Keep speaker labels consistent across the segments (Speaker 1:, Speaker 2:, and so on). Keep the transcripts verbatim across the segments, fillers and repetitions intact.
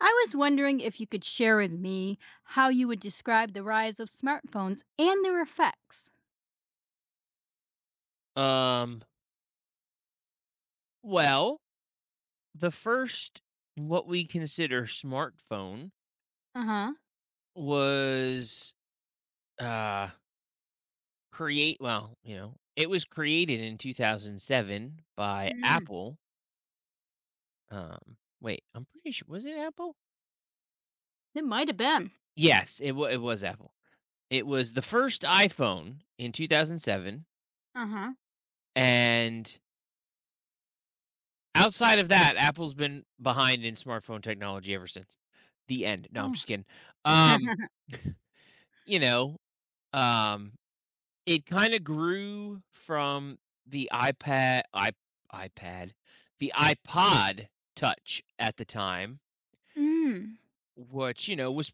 Speaker 1: I was wondering if you could share with me how you would describe the rise of smartphones and their effects.
Speaker 2: Um, well, the first what we consider smartphone
Speaker 1: Uh huh.
Speaker 2: was uh create well, you know, it was created in two thousand seven by
Speaker 1: Mm.
Speaker 2: Apple. Um, wait, I'm pretty sure was it Apple?
Speaker 1: It might have been.
Speaker 2: Yes, it was it was Apple. It was the first iPhone in two thousand seven,
Speaker 1: Uh huh.
Speaker 2: and outside of that Apple's been behind in smartphone technology ever since. The end. No, I'm
Speaker 1: Oh.
Speaker 2: just kidding. Um, you know, um it kinda grew from the iPad I iPad, the iPod Touch at the time,
Speaker 1: Mm.
Speaker 2: which, you know, was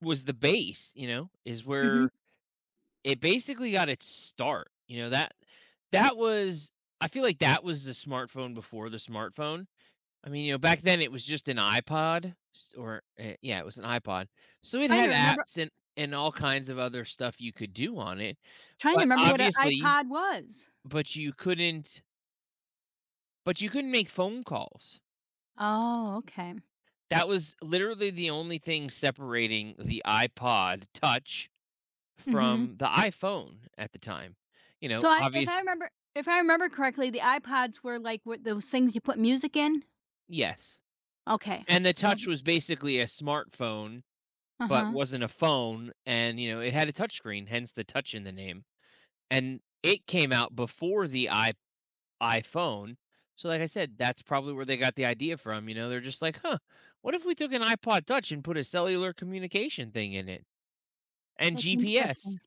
Speaker 2: was the base, you know, is
Speaker 1: Hmm.
Speaker 2: where it basically got its start, you know, that that was I feel like that was the smartphone before the smartphone. I mean, you know, back then it was just an iPod s or, eh, yeah, it was an iPod. So it
Speaker 1: Trying
Speaker 2: had
Speaker 1: to remember.
Speaker 2: apps and and all kinds of other stuff you could do on it,
Speaker 1: Trying to
Speaker 2: but
Speaker 1: remember what an
Speaker 2: obviously
Speaker 1: iPod was.
Speaker 2: but you couldn't But you couldn't make phone calls.
Speaker 1: Oh, okay.
Speaker 2: That was literally the only thing separating the iPod Touch
Speaker 1: Hmm.
Speaker 2: from the iPhone at the time. You know,
Speaker 1: So, I, if
Speaker 2: obvious
Speaker 1: I remember, if I remember correctly, the iPods were like what those things you put music in.
Speaker 2: Yes.
Speaker 1: Okay.
Speaker 2: And the Touch was basically a smartphone,
Speaker 1: Uh
Speaker 2: but
Speaker 1: huh.
Speaker 2: wasn't a phone, and, you know, it had a touchscreen, hence the touch in the name. And it came out before the I iPhone. So, like I said, that's probably where they got the idea from, you know? They're just like, "Huh, what if we took an iPod Touch and put a cellular communication thing in it and
Speaker 1: That's
Speaker 2: G P S?"
Speaker 1: interesting.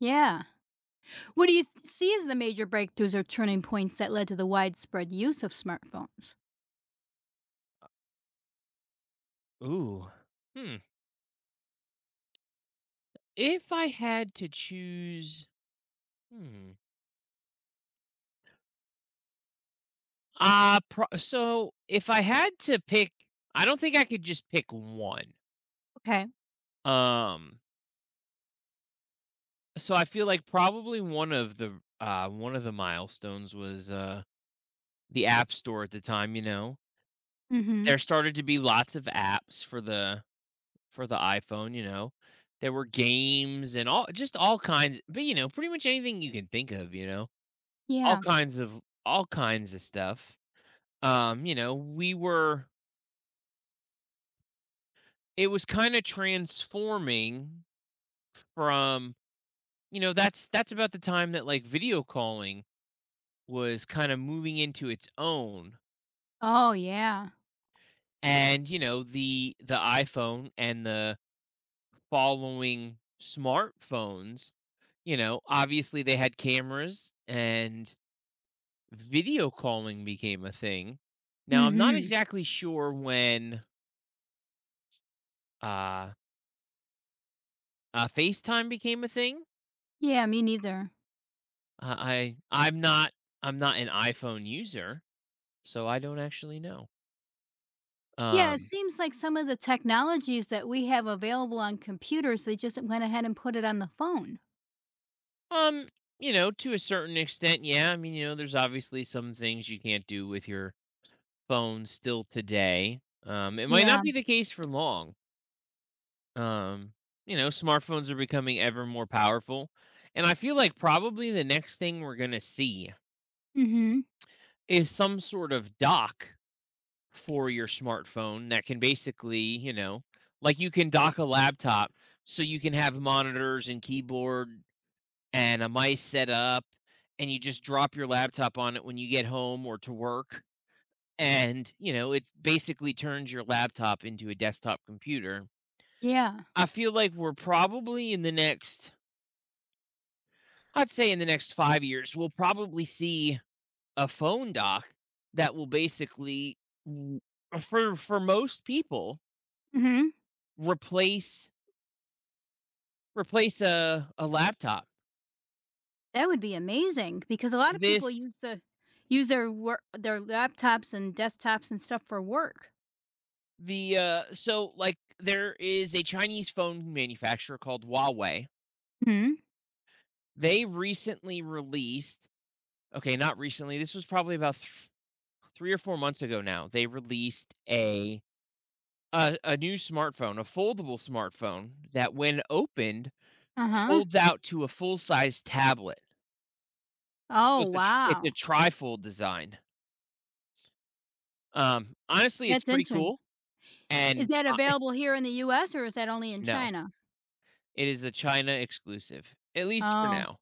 Speaker 1: Yeah. What do you th- see as the major breakthroughs or turning points that led to the widespread use of smartphones?
Speaker 2: Ooh. Hmm. If I had to choose, hmm. Uh, pro- so if I had to pick, I don't think I could just pick one.
Speaker 1: Okay.
Speaker 2: Um, so I feel like probably one of the uh one of the milestones was uh the app store at the time, you know.
Speaker 1: Mm-hmm.
Speaker 2: There started to be lots of apps for the for the iPhone, you know. There were games and all just all kinds, but you know, pretty much anything you can think of, you know. All
Speaker 1: Yeah.
Speaker 2: kinds of all kinds of stuff, um, you know, we were it was kind of transforming from, you know, that's that's about the time that like video calling was kind of moving into its own.
Speaker 1: Oh, yeah.
Speaker 2: And, you know, the the iPhone and the following smartphones, you know, obviously they had cameras and video calling became a thing. Now, I'm not
Speaker 1: Mm-hmm.
Speaker 2: exactly sure when uh, uh FaceTime became a thing.
Speaker 1: Yeah, me neither.
Speaker 2: I I I'm not I'm not an iPhone user, so I don't actually know.
Speaker 1: Yeah, it
Speaker 2: Um,
Speaker 1: seems like some of the technologies that we have available on computers, they just went ahead and put it on the phone.
Speaker 2: um, you know, to a certain extent, yeah. I mean, you know, there's obviously some things you can't do with your phone still today. Um, it might
Speaker 1: Yeah.
Speaker 2: not be the case for long. Um, you know, smartphones are becoming ever more powerful, and I feel like probably the next thing we're gonna see
Speaker 1: Mm-hmm.
Speaker 2: is some sort of dock for your smartphone that can basically, you know, like you can dock a laptop so you can have monitors and keyboard and a mice set up, and you just drop your laptop on it when you get home or to work, and, you know, it basically turns your laptop into a desktop computer.
Speaker 1: Yeah.
Speaker 2: I feel like we're probably in the next I'd say in the next five years we'll probably see a phone dock that will basically w- for for most people
Speaker 1: Mm-hmm.
Speaker 2: replace Replace a a laptop.
Speaker 1: That would be amazing because a lot of people
Speaker 2: This
Speaker 1: use the use their work their laptops and desktops and stuff for work.
Speaker 2: the, uh so, like, there is a Chinese phone manufacturer called Huawei.
Speaker 1: Hmm.
Speaker 2: They recently released — okay, not recently, this was probably about th three or four months ago now. They released a a a new smartphone, a foldable smartphone that when opened,
Speaker 1: Uh-huh.
Speaker 2: folds out to a full-size tablet.
Speaker 1: Oh,
Speaker 2: So it's a tr it's a
Speaker 1: wow.
Speaker 2: trifold design. Um, honestly, it's
Speaker 1: That's
Speaker 2: pretty
Speaker 1: interesting.
Speaker 2: cool,
Speaker 1: Is
Speaker 2: and
Speaker 1: that
Speaker 2: I —
Speaker 1: available here in the U S or is that only in
Speaker 2: no.
Speaker 1: China?
Speaker 2: It is a China exclusive, at least for
Speaker 1: Oh.
Speaker 2: now.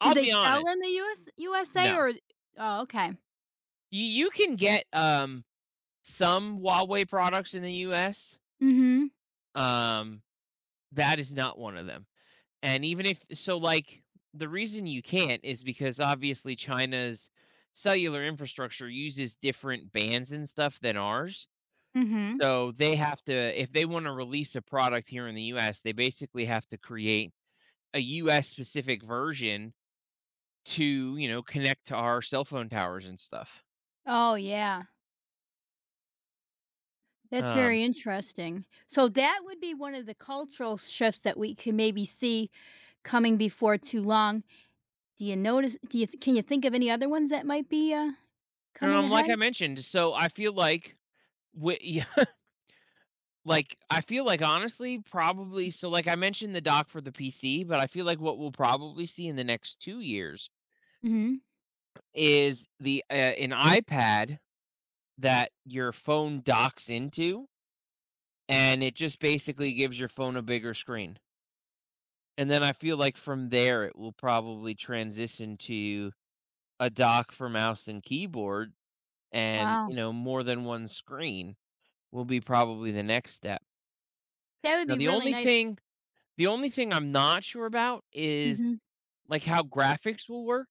Speaker 1: Do
Speaker 2: I'll
Speaker 1: they
Speaker 2: be
Speaker 1: sell
Speaker 2: honest,
Speaker 1: in the U S U S A
Speaker 2: no.
Speaker 1: or... Oh, okay.
Speaker 2: You you can get, um, some Huawei products in the U S,
Speaker 1: Mhm,
Speaker 2: um, that is not one of them, and even if so, like, the reason you can't is because obviously China's cellular infrastructure uses different bands and stuff than ours,
Speaker 1: mhm.
Speaker 2: so they have to — if they wanna release a product here in the U S, they basically have to create a U S specific version to, you know, connect to our cell phone towers and stuff.
Speaker 1: Oh, yeah. That's
Speaker 2: Um,
Speaker 1: very interesting. So that would be one of the cultural shifts that we can maybe see coming before too long. Do you notice do you can you think of any other ones that might be, uh,
Speaker 2: and
Speaker 1: coming
Speaker 2: I'm — like
Speaker 1: ahead?
Speaker 2: I mentioned, so I feel like wi yeah, like, I feel like honestly, probably so like I mentioned the dock for the P C, but I feel like what we'll probably see in the next two years
Speaker 1: Mhm.
Speaker 2: is the, uh, an iPad that your phone docks into, and it just basically gives your phone a bigger screen. And then I feel like from there, it will probably transition to a dock for mouse and keyboard and, you
Speaker 1: Wow.
Speaker 2: know, more than one screen will be probably the next step.
Speaker 1: That would
Speaker 2: Now
Speaker 1: be
Speaker 2: the
Speaker 1: really
Speaker 2: only
Speaker 1: nice.
Speaker 2: thing the only thing I'm not sure about is,
Speaker 1: Mhm.
Speaker 2: like, how graphics will work,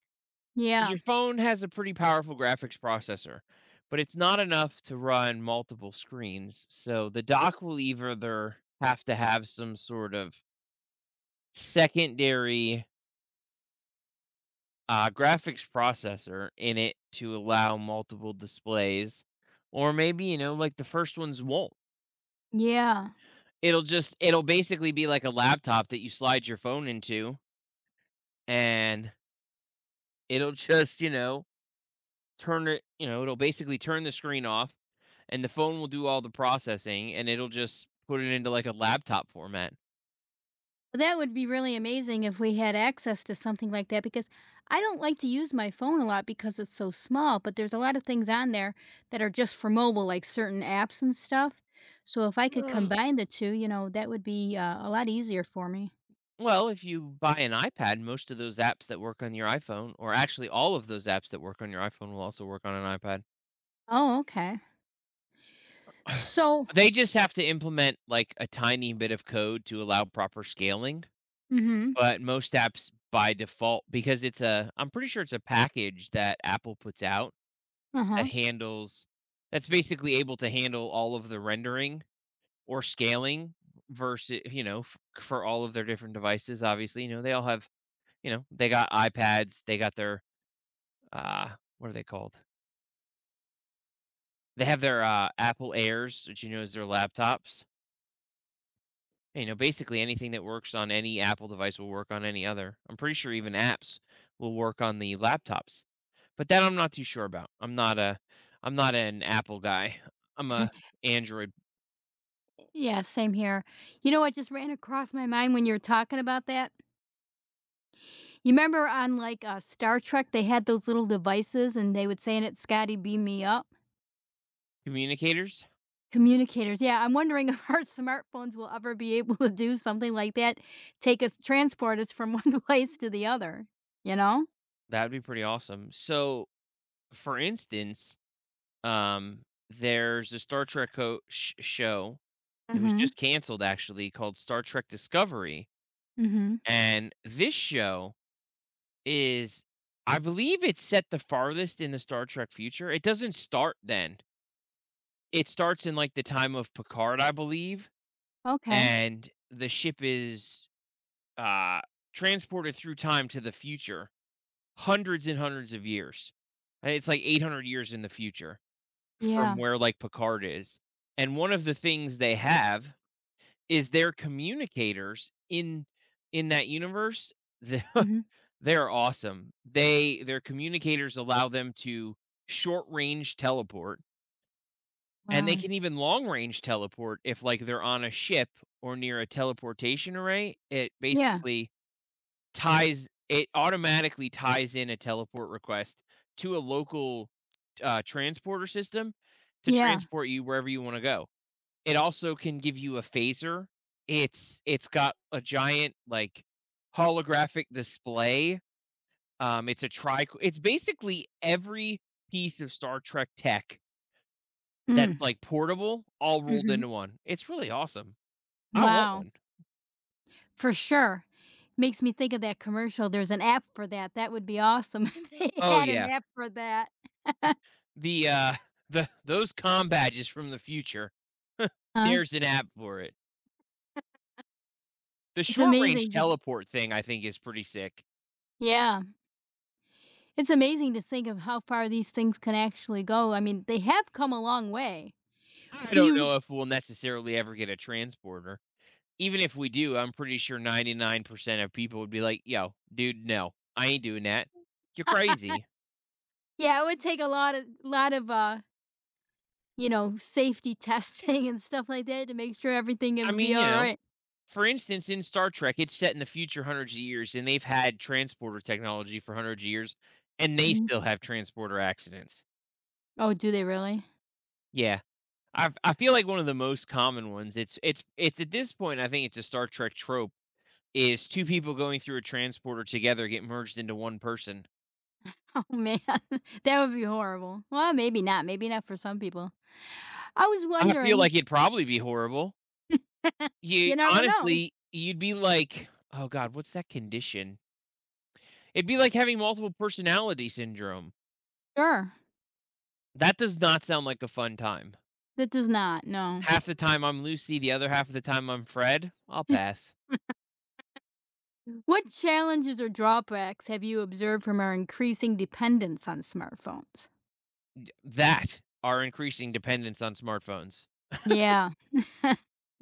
Speaker 2: 'cause
Speaker 1: Yeah.
Speaker 2: your phone has a pretty powerful graphics processor, but it's not enough to run multiple screens, so the dock will either have to have some sort of secondary, uh, graphics processor in it to allow multiple displays, or maybe, you know, like, the first ones won't.
Speaker 1: Yeah.
Speaker 2: It'll just it'll basically be like a laptop that you slide your phone into, and it'll just, you know, turn it, you know, it'll basically turn the screen off, and the phone will do all the processing, and it'll just put it into like a laptop format.
Speaker 1: That would be really amazing if we had access to something like that because I don't like to use my phone a lot because it's so small, but there's a lot of things on there that are just for mobile, like certain apps and stuff. So if I could
Speaker 2: Um,
Speaker 1: combine the two, you know, that would be uh, a lot easier for me.
Speaker 2: well, if you buy an iPad, most of those apps that work on your iPhone, or actually all of those apps that work on your iPhone, will also work on an
Speaker 1: Oh, okay.
Speaker 2: iPad.
Speaker 1: So,
Speaker 2: They just have to implement like a tiny bit of code to allow proper scaling.
Speaker 1: mm-hmm.
Speaker 2: But most apps by default because it's a I'm pretty sure it's a package that Apple puts out
Speaker 1: Uh-huh.
Speaker 2: that handles — that's basically able to handle all of the rendering or scaling versus, you know, f for all of their different devices, obviously, you know, they all have — you know, they got iPads, they got their, uh, what are they called? They have their, uh, Apple Airs, which, you know, is their laptops. You know, basically anything that works on any Apple device will work on any other. I'm pretty sure even apps will work on the laptops. But that I'm not too sure about. I'm not a I'm not an Apple guy. I'm a Android —
Speaker 1: Yeah, same here. You know what just ran across my mind when you were talking about that? You remember on like uh, Star Trek, they had those little devices and they would say in it, Scotty, beam me up?
Speaker 2: communicators.
Speaker 1: Communicators, yeah, I'm wondering if our smartphones will ever be able to do something like that, take us transport us from one place to the other, you know?
Speaker 2: That would be pretty awesome. So, for instance, um, there's a Star Trek co- sh- show. It was
Speaker 1: Mhm,
Speaker 2: just canceled, actually, called Star Trek Discovery.
Speaker 1: mhm.
Speaker 2: And this show is, I believe, it's set the farthest in the Star Trek future. It doesn't start then. It starts in like the time of Picard, I believe,
Speaker 1: Okay.
Speaker 2: and the ship is uh transported through time to the future hundreds and hundreds of years. Uh, it's like eight hundred years in the future from
Speaker 1: Yeah.
Speaker 2: where like Picard is, and one of the things they have is their communicators. in in that universe the-
Speaker 1: Mhm.
Speaker 2: they're awesome. They — their communicators allow them to short range teleport, and they
Speaker 1: Wow.
Speaker 2: can even long range teleport if like they're on a ship or near a teleportation array. It
Speaker 1: Yeah,
Speaker 2: basically ties — it automatically ties in a teleport request to a local, uh, transporter system to
Speaker 1: yeah.
Speaker 2: transport you wherever you want to go. It also can give you a phaser. It's it's got a giant like holographic display. Um, it's a tri. It's basically every piece of Star Trek tech that's
Speaker 1: Mm,
Speaker 2: like portable, all rolled
Speaker 1: mhm.
Speaker 2: into one. It's really awesome. I want
Speaker 1: Wow,
Speaker 2: one.
Speaker 1: for sure. Makes me think of that commercial, there's an app for that, that would be awesome if they
Speaker 2: Oh
Speaker 1: had an
Speaker 2: yeah.
Speaker 1: app for that.
Speaker 2: The, uh, the those comm badges from the future.
Speaker 1: Huh?
Speaker 2: There's an app for it. The
Speaker 1: It's
Speaker 2: short range
Speaker 1: amazing to
Speaker 2: teleport thing I think is pretty sick.
Speaker 1: Yeah, it's amazing to think of how far these things can actually go. I mean, they have come a long way.
Speaker 2: I
Speaker 1: Do
Speaker 2: don't
Speaker 1: you
Speaker 2: know if we'll necessarily ever get a transporter. Even if we do, I'm pretty sure ninety-nine percent of people would be like, "Yo, dude, no. I ain't doing that. You're crazy."
Speaker 1: Yeah, it would take a lot of lot of, uh, you know, safety testing and stuff like that to make sure everything it
Speaker 2: I
Speaker 1: would be
Speaker 2: mean, you know,
Speaker 1: alright.
Speaker 2: for instance, in Star Trek, it's set in the future hundreds of years and they've had transporter technology for hundreds of years and they
Speaker 1: Mhm.
Speaker 2: still have transporter accidents.
Speaker 1: Oh, do they really?
Speaker 2: Yeah. I I feel like one of the most common ones, it's it's it's at this point, I think it's a Star Trek trope, is two people going through a transporter together get merged into one person.
Speaker 1: Oh, man. That would be horrible. Well, maybe not, maybe not for some people. I was
Speaker 2: I feel
Speaker 1: wondering.
Speaker 2: like it'd probably be horrible. You —
Speaker 1: You never know.
Speaker 2: honestly, you'd be like, "Oh god, what's that condition?" It'd be like having multiple personality syndrome.
Speaker 1: Sure.
Speaker 2: That does not sound like a fun time.
Speaker 1: That does not, no.
Speaker 2: Half the time I'm Lucy, the other half of the time I'm Fred. I'll pass.
Speaker 1: What challenges or drawbacks have you observed from our increasing dependence on smartphones?
Speaker 2: That, our increasing dependence on smartphones.
Speaker 1: Yeah.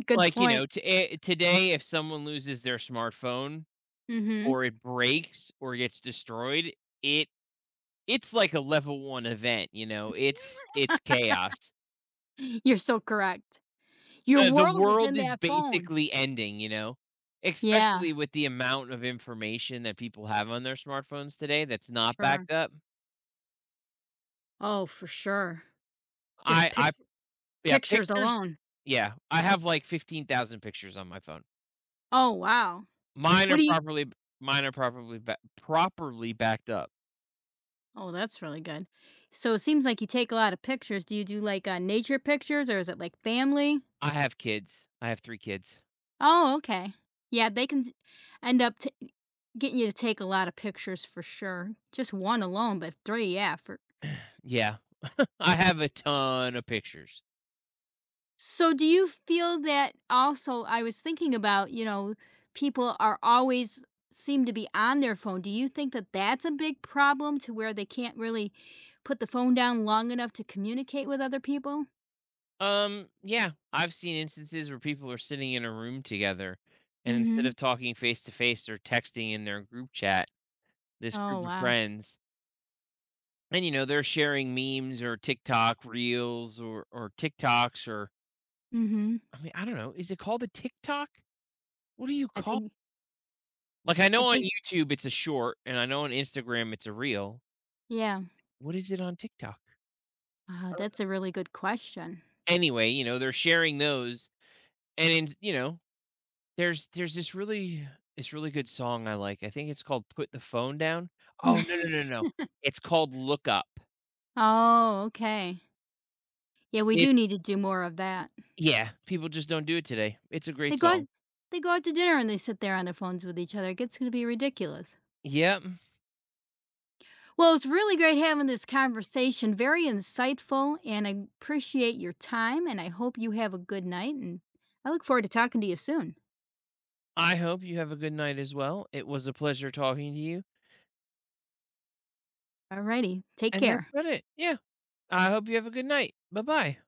Speaker 1: Good
Speaker 2: Like, you
Speaker 1: point.
Speaker 2: know, to eh, today, if someone loses their smartphone
Speaker 1: Mhm.
Speaker 2: or it breaks or gets destroyed, it it's like a level one event, you know? It's it's chaos.
Speaker 1: You're so correct. Your
Speaker 2: The the
Speaker 1: world is in
Speaker 2: world is
Speaker 1: that phone.
Speaker 2: basically ending, you know?
Speaker 1: Yeah,
Speaker 2: Especially with the amount of information that people have on their smartphones today that's not
Speaker 1: sure.
Speaker 2: backed up.
Speaker 1: Oh, for sure. Just
Speaker 2: I
Speaker 1: pic
Speaker 2: I yeah,
Speaker 1: pictures
Speaker 2: pictures —
Speaker 1: alone.
Speaker 2: yeah, I have like fifteen thousand pictures on my phone.
Speaker 1: Oh, wow.
Speaker 2: Mine
Speaker 1: What
Speaker 2: are
Speaker 1: do you
Speaker 2: properly Mine are properly ba properly backed up.
Speaker 1: Oh, that's really good. So it seems like you take a lot of pictures. Do you do, like, uh, nature pictures, or is it, like, family?
Speaker 2: I have kids. I have three kids.
Speaker 1: Oh, okay. Yeah, they can end up t getting you to take a lot of pictures for sure. Just one alone, but three, yeah, for
Speaker 2: Yeah, I have a ton of pictures.
Speaker 1: so do you feel that also I was thinking about, you know, people are always seem to be on their phone. Do you think that that's a big problem to where they can't really put the phone down long enough to communicate with other people?
Speaker 2: Um, yeah, I've seen instances where people are sitting in a room together, and instead
Speaker 1: Mhm.
Speaker 2: of talking face to face, they're texting in their group chat, this
Speaker 1: Oh,
Speaker 2: group of
Speaker 1: wow.
Speaker 2: friends. And, you know, they're sharing memes or TikTok reels or or TikToks, or
Speaker 1: Mhm.
Speaker 2: I mean, I don't know, is it called a TikTok? What do you
Speaker 1: I
Speaker 2: call
Speaker 1: think
Speaker 2: Like, I
Speaker 1: I
Speaker 2: know on
Speaker 1: think
Speaker 2: YouTube it's a short, and I know on Instagram it's a reel.
Speaker 1: yeah.
Speaker 2: What is it on TikTok?
Speaker 1: Wow,
Speaker 2: I don't
Speaker 1: that's a really good question.
Speaker 2: know. Anyway, you know, they're sharing those. And in — you know, there's there's this really — this really good song I like. I think it's called "Put the Phone Down." Oh, no, no, no, no. It's called "Look Up."
Speaker 1: Oh, okay. Yeah, we do need
Speaker 2: It's —
Speaker 1: to do more of that.
Speaker 2: yeah, people just don't do it today. It's a
Speaker 1: They
Speaker 2: great
Speaker 1: go out
Speaker 2: song.
Speaker 1: they go out to dinner and they sit there on their phones with each other. It gets to be ridiculous.
Speaker 2: Yep.
Speaker 1: Well, it's really great having this conversation. Very insightful, and I appreciate your time. And I hope you have a good night. And I look forward to talking to you soon.
Speaker 2: I hope you have a good night as well. It was a pleasure talking to you,
Speaker 1: Alrighty, take
Speaker 2: and that's
Speaker 1: care.
Speaker 2: about it. Yeah. I hope you have a good night. Bye-bye.